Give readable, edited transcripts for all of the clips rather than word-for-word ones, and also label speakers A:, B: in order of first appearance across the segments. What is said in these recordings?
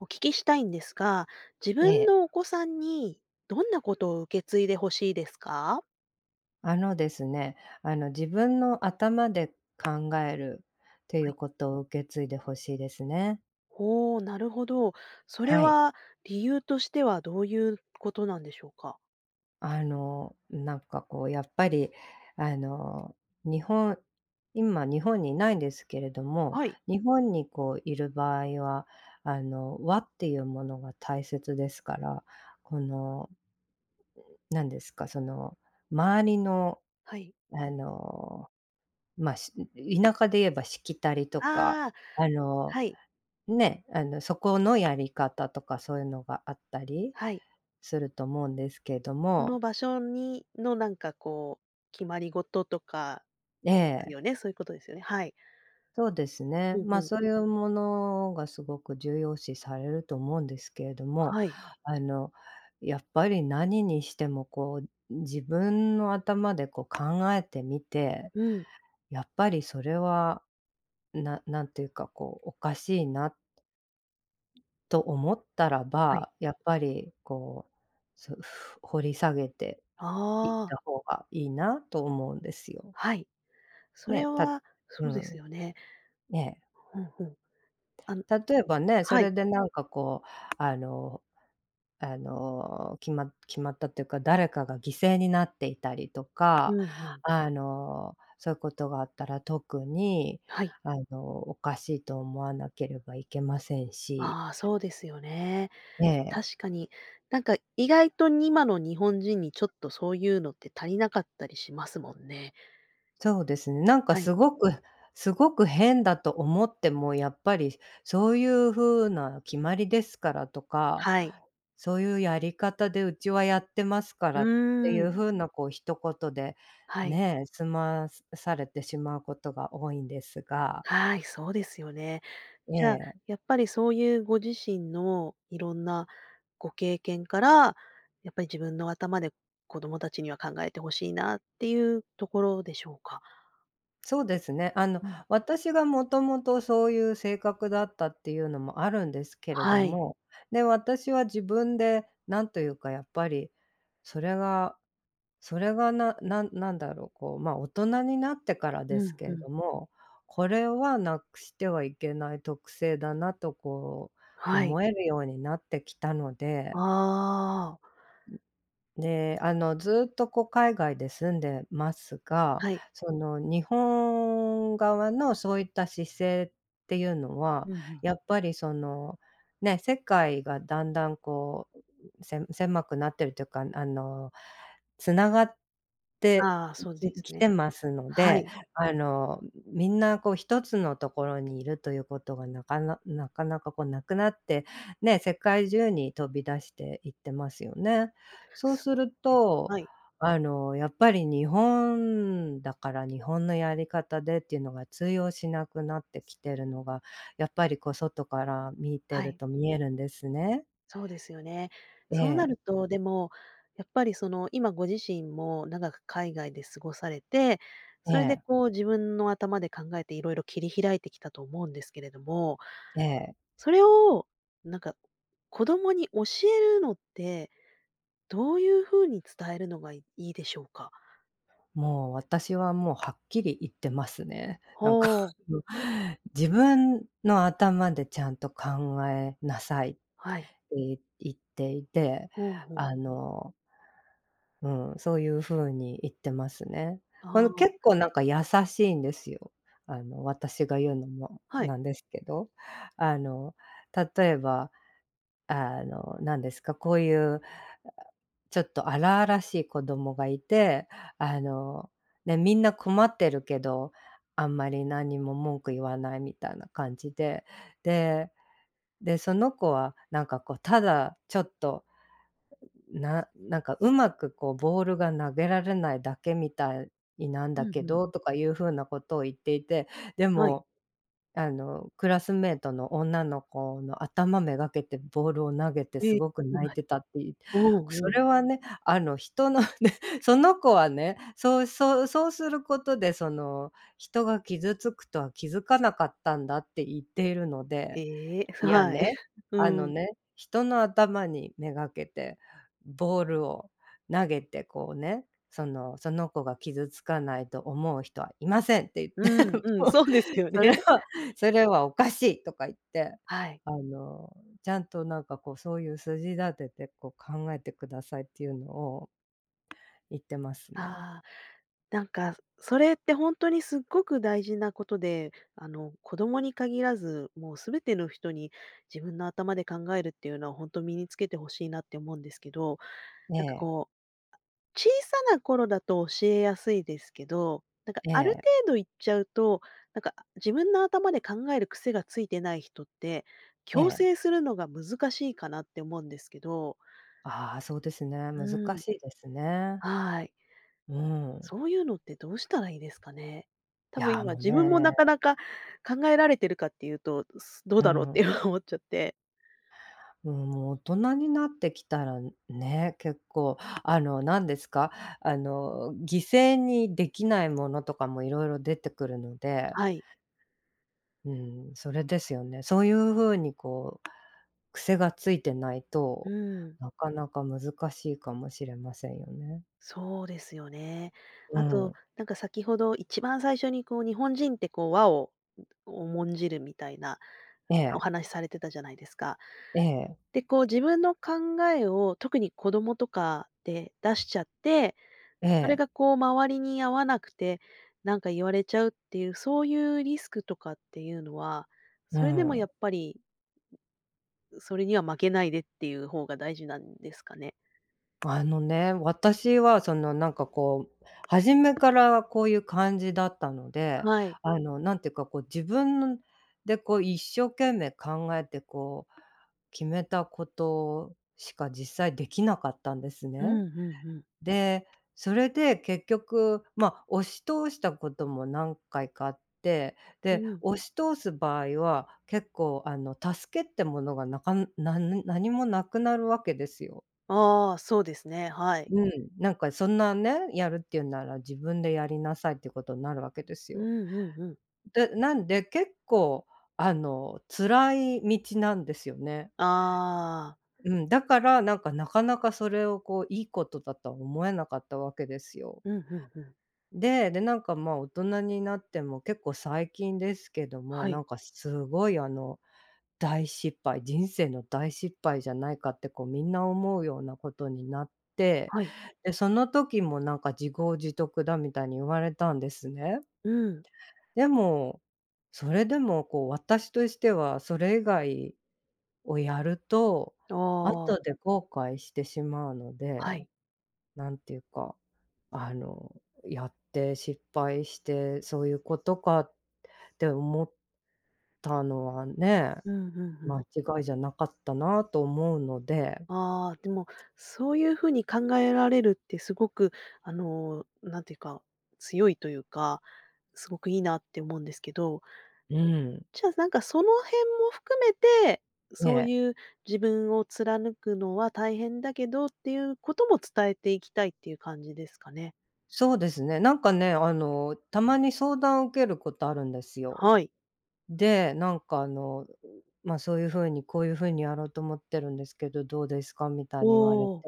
A: お聞きしたいんですが、自
B: え
A: 分
B: え、
A: のお子さんにどんなことを受け継いでほしいですか？
B: あのですね、あの、自分の頭で考えるってい
A: は
B: う
A: い。
B: ことを受け継いでほしいですね。
A: おお、なるほど。それ
B: はい。
A: は理由としてはどういうことなんでしょうか？
B: あの、なんかこうやっぱり、あの、日本今日本にいないんですけれども、
A: はい。
B: 日本にこういる場合は、和っていうものが大切ですから、この、なんですか、その、周りの、
A: はい。
B: あの、まあ、し田舎で言えばしきたりとか、
A: ああ、
B: あの
A: はい、
B: そこのやり方とかそういうのがあったり
A: はい。
B: すると思うんですけど
A: その
B: も、
A: 場所にのなんかこう、決まり事とか
B: え
A: です
B: え、
A: よね？そういうことですよね？はい。
B: そうですね。
A: ほうほ
B: ま、
A: う。
B: そういうものがすごく重要視されると思うんですけれども、
A: はい。
B: あの、やっぱり何にしてもこう、自分の頭でこう考えてみて、
A: うん。
B: やっぱりそれは、なんていうか、こう、おかしいなと思ったら
A: はい。
B: ば、やっぱりこう、掘り下げて行っ
A: ああ、
B: た方がいいなと思うんですよ。
A: はい。それ
B: ね、
A: は
B: う
A: そうです
B: ん、
A: よね。
B: ね。
A: うんうん。あの
B: 例えばね、そ
A: はい。
B: れでなんかこう、あの決まったっていうか、誰かが犠牲になっていたりと
A: う
B: か、
A: んうん。
B: そういうことがあったら特に、
A: はい。
B: おかしいと思わなければいけませんし、
A: ああ、そうですよね。
B: ええ。
A: 確かに。なんか意外と今の日本人にちょっとそういうのって足りなかったりしますもんね。
B: そうですね。なんか
A: はい。
B: すごくすごく変だと思っても、やっぱりそういう風な決まりですからとか、
A: はい。
B: そういうやり方でうちはやってますか
A: う
B: らってい
A: ーん。
B: う風なこう一言で、
A: はい。
B: ね、済まされてしまうことが多いんですが。
A: はい、そうですよね。
B: え
A: じゃあ、
B: え、
A: やっぱりそういうご自身のいろんなご経験から、やっぱり自分の頭で子供たちには考えてほしいなっていうところでしょうか？
B: そうですね。
A: うん。
B: 私がもともとそういう性格だったっていうのもあるんですけれど
A: はい。
B: も、で、私は自分でなんというかやっぱり、それがそれがなんだろう、こう、ま、大人になってから
A: う
B: です
A: ん
B: け
A: う
B: れ
A: ん。
B: ども、これはなくしてはいけない特性だなとこう
A: はい。
B: 思えるようになってきたので、
A: ああ、
B: で、ずっとこう海外で住んでますが、
A: はい。
B: その日本側のそういった姿勢っていうの
A: う
B: は、
A: んうん。
B: やっぱりその、ね、世界がだんだんこう、狭くなってるというか、つながって
A: ああ、そうで
B: き
A: す
B: き
A: ね。
B: てますの
A: は
B: で、
A: い。
B: あの、みんなこう一つのところにいるということがなかなかこうなくなって、ね、世界中に飛び出していってますよね。そう
A: そ
B: す
A: うです
B: る
A: ね。
B: と、
A: はい。
B: やっぱり日本だから日本のやり方でっていうのが通用しなくなってきてるのが、やっぱりこう外から見て
A: は
B: る
A: い。
B: と見えるんですね。
A: そうですよね。
B: え
A: そうなる
B: え、
A: と、でも、やっぱりその、今ご自身も長く海外で過ごされて、
B: え
A: それで
B: え、
A: こう自分の頭で考えていろいろ切り開いてきたと思うんですけれども、
B: ええ。
A: それをなんか、子供に教えるのって、どういうふうに伝えるのがいいいでしょうか？
B: もう私はもうはっきり言ってますね。なんか
A: ほう、
B: 自分の頭でちゃんと考えなさいっ
A: はい。
B: て言っていて、
A: ほうほう。
B: あのうん、そういう風に言ってますね。こ
A: あ
B: の結
A: あ、
B: 構なんか優しいんですよ。私が言うのも
A: はい。
B: なんですけど、あの、例えば、あの、なんですか、こういう、ちょっと荒々しい子供がいて、あの、ね、みんな困ってるけど、あんまり何も文句言わないみたいな感じで、でで、その子はなんかこう、ただちょっとなんか、うまくこうボールが投げられないだけみたいなん
A: うん
B: だけ
A: うん。
B: どとかいう風なことを言っていて、で
A: はい。
B: も、クラスメートの女の子の頭めがけてボールを投げて
A: え
B: す
A: え、
B: ごく泣
A: は
B: い
A: い。
B: てたってい
A: うん
B: そ
A: うん。
B: れはね、人のね、その子はね、そうすることで、その、人が傷つくとは気づかなかったんだって言っているので。
A: ええ、
B: いや
A: はい。
B: ね、
A: うん。
B: 人の頭にめがけて、ボールを投げてこうね、その「その子が傷つかないと思う人はいません」って言
A: う
B: って、
A: ん うん、
B: もう
A: そうですよ
B: 「それ
A: ね。
B: はそれはおかしい」とか言って、
A: はい。
B: あの、ちゃんとなんかこう、そういう筋立ててこう考えてくださいっていうのを言ってますね。
A: ああ、なんか、それってほんとにすっごく大事なことで、子供に限らず、もう全ての人に自分の頭で考えるっていうのはほんと身につけて欲しいなって思うんですけど、
B: え
A: なんか
B: え、
A: こう、小さな頃だと教えやすいですけど、なんか
B: え
A: ある
B: え、
A: 程度いっちゃうと、なんか自分の頭で考える癖がついてない人って、
B: え
A: 矯
B: え。
A: 正するのが難しいかなって思うんですけど
B: ああ、そうですね、難
A: うん、
B: しいですね。
A: はい。
B: うん。
A: そういうのってどうしたらいいですかね？多
B: い
A: 分
B: や、
A: 今
B: もう
A: 自分もな
B: ね、
A: かなか考えられてるかっていうと、どう
B: う
A: だろうって
B: ん。
A: 今思っちゃって。
B: うん、もう大人になってきたらね、結構何ですか、犠牲にできないものとかもいろいろ出てくるので、
A: はい。
B: うん、それですよね。そういうふうにこう、癖がついてない
A: う
B: と、
A: ん。
B: なかなか難しいかもしれませんよね。
A: そうですよね。
B: う
A: あと、
B: ん。
A: なんか先ほど一番最初にこう日本人ってこう和を重んじるみたいな
B: え
A: お話
B: え、
A: されてたじゃないですか。
B: ええ、
A: で、こう自分の考えを特に子供とかで出しちゃって
B: え
A: それ
B: え、
A: がこう周りに合わなくて、なんか言われちゃうっていう、そういうリスクとかっていうのは、
B: う
A: それでもや
B: ん。
A: っぱり、それには負けないでっていう方が大事なんですかね？
B: 私はそのなんかこう、初めからこういう感じだったので、
A: はい。
B: なんていうかこう自分でこう一生懸命考えてこう、決めたことしか実際できなかったんです
A: うん
B: ね。
A: うんうん。
B: で、それで結局、まあ、押し通したことも何回かあって、
A: う
B: で、
A: ん。
B: 押し通す場合は結構助けってものがなかな何もなくなるわけですよ。
A: ああ、そうですね、はい。
B: うん、なんかそんなね、やるっていうなら自分でやりなさいってことになるわけです
A: うん
B: よ。
A: うんうん。
B: で、なんで結構辛い道なんですよね。
A: ああ。
B: うん、だからなんかなかなかそれをこういいことだとは思えなかったわけですよ。
A: うん、うんうん。
B: で、でなんかまあ大人になっても結構最近ですけども、
A: は
B: な
A: い、
B: んかすごい大失敗、人生の大失敗じゃないかってこうみんな思うようなことになって、
A: はい。
B: で、その時もなんか自業自得だみたいに言われたんですね。
A: うん。
B: でも、それでもこう私としてはそれ以外をやると、
A: ああ、
B: 後で後悔してしまうの
A: は
B: で、
A: い。
B: なんていうか、あの、やって失敗して、そういうことかって思ったのはね
A: うん、うんうん。
B: 間違いじゃなかったなと思うので。
A: ああ、でも、そういう風に考えられるってすごく、なんていうか、強いというか、すごくいいなって思うんですけど、
B: うん。
A: じゃあ、なんか、その辺も含めて、そう
B: ね、
A: いう自分を貫くのは大変だけどっていうことも伝えていきたいっていう感じですかね。
B: そうですね。なんかね、たまに相談を受けることあるんですよ。
A: はい。
B: で、なんかま、そういう風にこういう風にやろうと思ってるんですけど、どうですかみた
A: お
B: いに言われて、
A: お。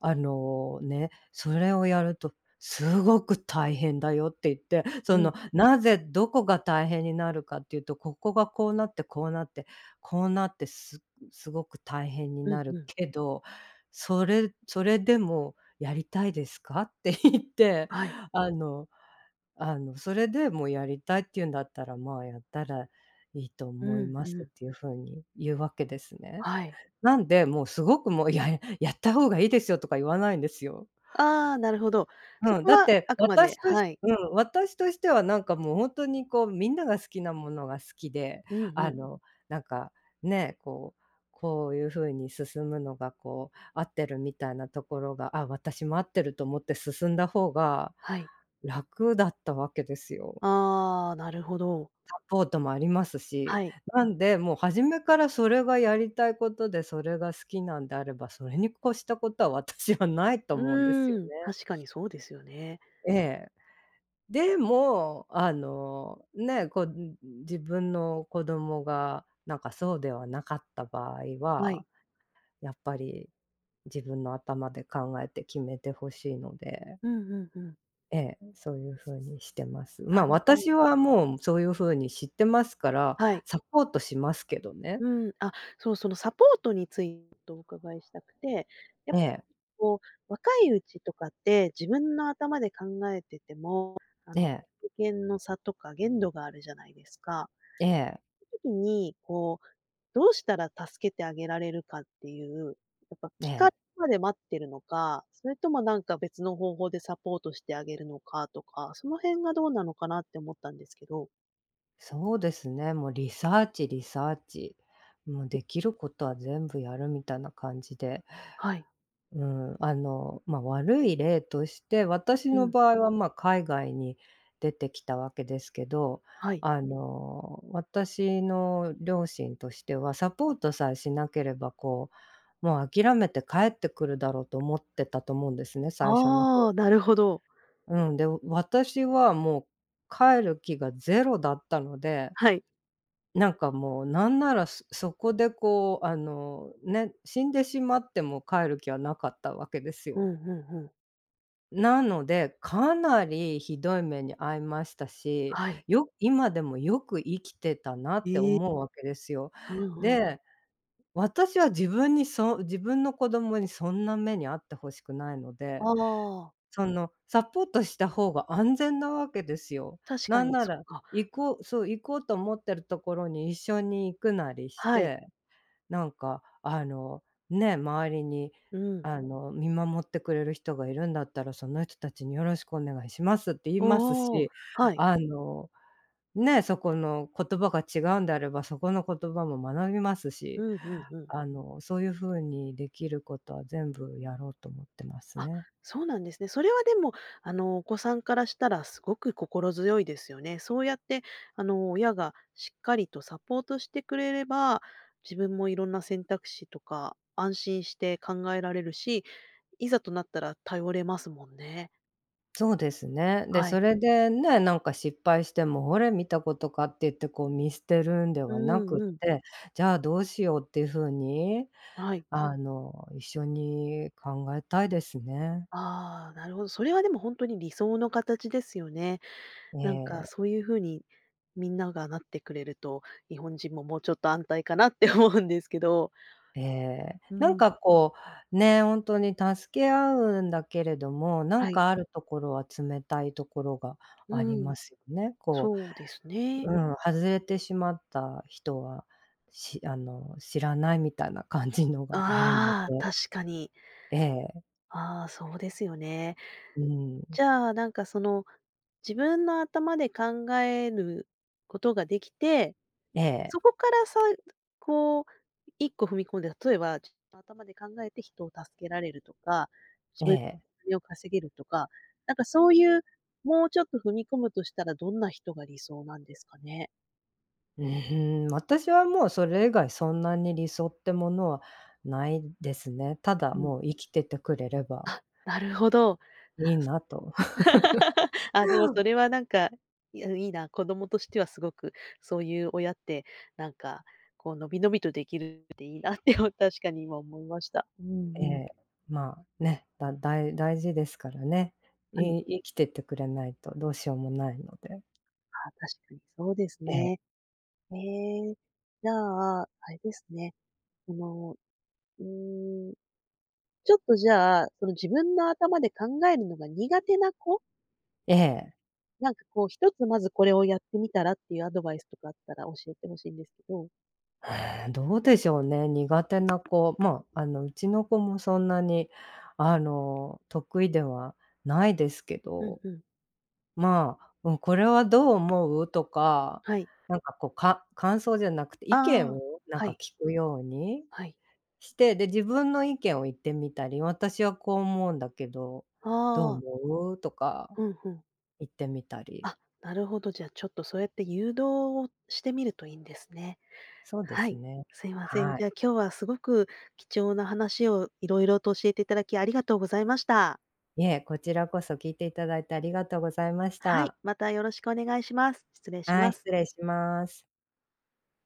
B: それをやるとすごく大変だよって言って、
A: う
B: そ
A: ん、
B: の、なぜどこが大変になるかっていうと、ここがこうなってこうなって、こうなってすごく大変に
A: う
B: な
A: んう
B: る
A: ん。
B: けど、それでもやりたいですかって言って、
A: はい。
B: あのそれでもうやりたいっていうんだったら、まあ、やったらいいと
A: う
B: 思い
A: ん
B: ま
A: う
B: すっ
A: ん。
B: ていう風に言うわけですね。
A: はい。
B: なんで、もうすごくもう、いやや、やった方がいいですよとか言わないんですよ。
A: ああ、なるほど。そ
B: うん、
A: こ
B: だっ
A: は
B: て
A: あくまではい。
B: 私としてはなんかもうほんとにこう、みんなが好きなものが好きで、
A: うんう
B: あ
A: ん。
B: の、なんかね、こういう風に進むのがこう、合ってるみたいなところが、あ、私も合ってると思って進んだ方が
A: はい。
B: 楽だったわけですよ。
A: ああ、なるほど。
B: サポートもあります
A: は
B: し、
A: い。
B: なんで、もう初めからそれがやりたいことで、それが好きなんであれば、それに越したことは 私はないと
A: う
B: 思うんですよ
A: ーん、
B: ね。
A: 確かにそうですよね。
B: ええ。でも、ね、こう、自分の子供がなんかそうではなかった場合
A: はい。
B: は、やっぱり自分の頭で考えて決めてほしいので、
A: うんうんうん。
B: ええ、そういう風にしてます。
A: な
B: まあ、
A: るほ
B: 私
A: ど。
B: はもうそういう風に知ってますから、
A: はい。
B: サポートしますけどね。
A: うん、あ、そう、そのサポートについてお伺いしたくて、やっ
B: え
A: ぱ
B: え、
A: こう、若いうちとかって自分の頭で考えてても、あ
B: え
A: の、
B: え、
A: 経験の差とか限度があるじゃないですか。
B: ええ、
A: 時に、こうどうしたら助けてあげられるかっていう、やっぱ
B: え
A: 聞かれ
B: え。
A: るまで待ってるのか、それともなんか別の方法でサポートしてあげるのかとか、その辺がどうなのかなって思ったんですけど。
B: そうですね、もうリサーチリサーチ。もうできることは全部やるみたいな感じで、
A: はい。
B: うん、まあ、悪い例として、私
A: う
B: の
A: ん、
B: 場合は、まあ、海外に出てきたわけですけど、
A: はい。
B: 私の両親としては、サポートさえしなければ、こう、もう諦めて帰ってくるだろうと思ってたと思うんですね、最初の方。
A: ああ、なるほど。
B: うん、で、私はもう帰る気がゼロだったので、
A: はい。
B: なんかもうなんなら、そこでこう、ね、死んでしまっても帰る気はなかったわけです
A: うんう
B: よ。
A: んうん。
B: なので、かなりひどい目に遭いましたし、
A: はい。
B: 今でもよく生きてたなって
A: ええ。
B: 思うわけですよ。
A: うんうん。
B: で、私は自分の子供にそんな目に遭って欲しくないので、
A: ああ、
B: その、サポートした方が安全なわけですよ。
A: 確か
B: なん
A: に
B: な
A: そっ
B: ら、
A: か。
B: 行こうと思ってるところに一緒に行くなりし
A: はい。
B: て、なんかね、周りに
A: うん。
B: 見守ってくれる人がいるんだったら、その人たちによろしくお願いしますって言います
A: おお、
B: し、
A: はい。
B: あの、ね、そこの言葉が違うんであれば、そこの言葉も学びます
A: う
B: し、
A: んうんうん。
B: そういう風にできることは全部やろうと思ってます
A: あ、
B: ね。
A: そうなんですね。それはでも、お子さんからしたらすごく心強いですよね。そうやって、親がしっかりとサポートしてくれれば、自分もいろんな選択肢とか、安心して考えられるし、いざとなったら頼れますもんね。
B: そうですね。で、
A: はい。
B: それでね、なんか失敗しても「ほれ、見たことか」って言ってこう見捨てるんで
A: う
B: はなく
A: ん
B: っ
A: うん。
B: て、じゃあどうしようっていう風に、
A: はい。
B: 一緒に考えたいですね。
A: ああ、なるほど。それはでも本当に理想の形ですよね。
B: え
A: なんか
B: え、
A: そういう風に、みんながなってくれると、日本人ももうちょっと安泰かなって思うんですけど。
B: ええ。
A: う
B: なん
A: ん。
B: かこう、ね、本当に助け合うんだけれども、な
A: は
B: ん
A: い。
B: かあるところは冷たいところがあ
A: う
B: り
A: ん、
B: ますよね。こ
A: そうです
B: う、
A: ね。
B: うん、外れてしまった人は、あの、知らないみたいな感じのがあるの
A: ああ、
B: で。
A: 確かに。
B: ええ、
A: ああ、そうですよね。
B: うん、
A: じゃあ、なんかその、自分の頭で考えることができて、
B: ええ、
A: そこからこう、1個踏み込んで、例えば、頭で考えて人を助けられるとか、自
B: え
A: 分で
B: え、
A: お金を稼げるとか、なんかそういう、もうちょっと踏み込むとしたらどんな人が理想なんですかね？
B: うーん、私はもうそれ以外そんなに理想ってものはないですね。ただ
A: うん。
B: もう生きててくれれ ば
A: あ、なるほど。
B: いいなと。
A: あ、でもそれはなんか、いや、いいな、子供としてはすごくそういう親って、なんか、こう、のびのびとできるっていいなって、確かに今思いました。うんう
B: え
A: ん。
B: え、まあ、ね、大事ですからね。
A: はい。
B: 生きててくれないとどうしようもないので。
A: ああ、確かにそうです
B: ええ、
A: ね。ええ、じゃあ、あれですね、あの、うーん、ちょっとじゃあ、その自分の頭で考えるのが苦手な子、
B: ええ、
A: なんかこう、一つまずこれをやってみたらっていうアドバイスとかあったら教えてほしいんですけど。
B: うん、どうでしょうね、苦手な子、まあ、うちの子もそんなに得意ではないですけ
A: うん
B: ど、
A: うん。
B: まあ、うん、これはどう思う？とか、
A: はい。
B: なんかこう、感想じゃなくて、意
A: あ
B: 見
A: あ、
B: をなん
A: は
B: か
A: い、
B: 聞くように
A: はい。
B: して、で、自分の意見を言ってみたり、私はこう思うんだけど、どう
A: ああ、
B: 思う？とか
A: うんうん。
B: 言ってみたり、
A: あ、なるほど。じゃあ、ちょっとそうやって誘導をしてみるといいんですね。
B: そうで
A: は
B: す
A: い。
B: ね。
A: すいません。
B: は
A: じ
B: い。
A: ゃあ、今日はすごく貴重な話をいろいろと教えていただきありがとうございました。
B: いえ、こちらこそ聞いていただいてありがとうございまし
A: はい、
B: た。
A: またよろしくお願いします。失礼し
B: は
A: ま
B: い、
A: す。
B: 失礼します。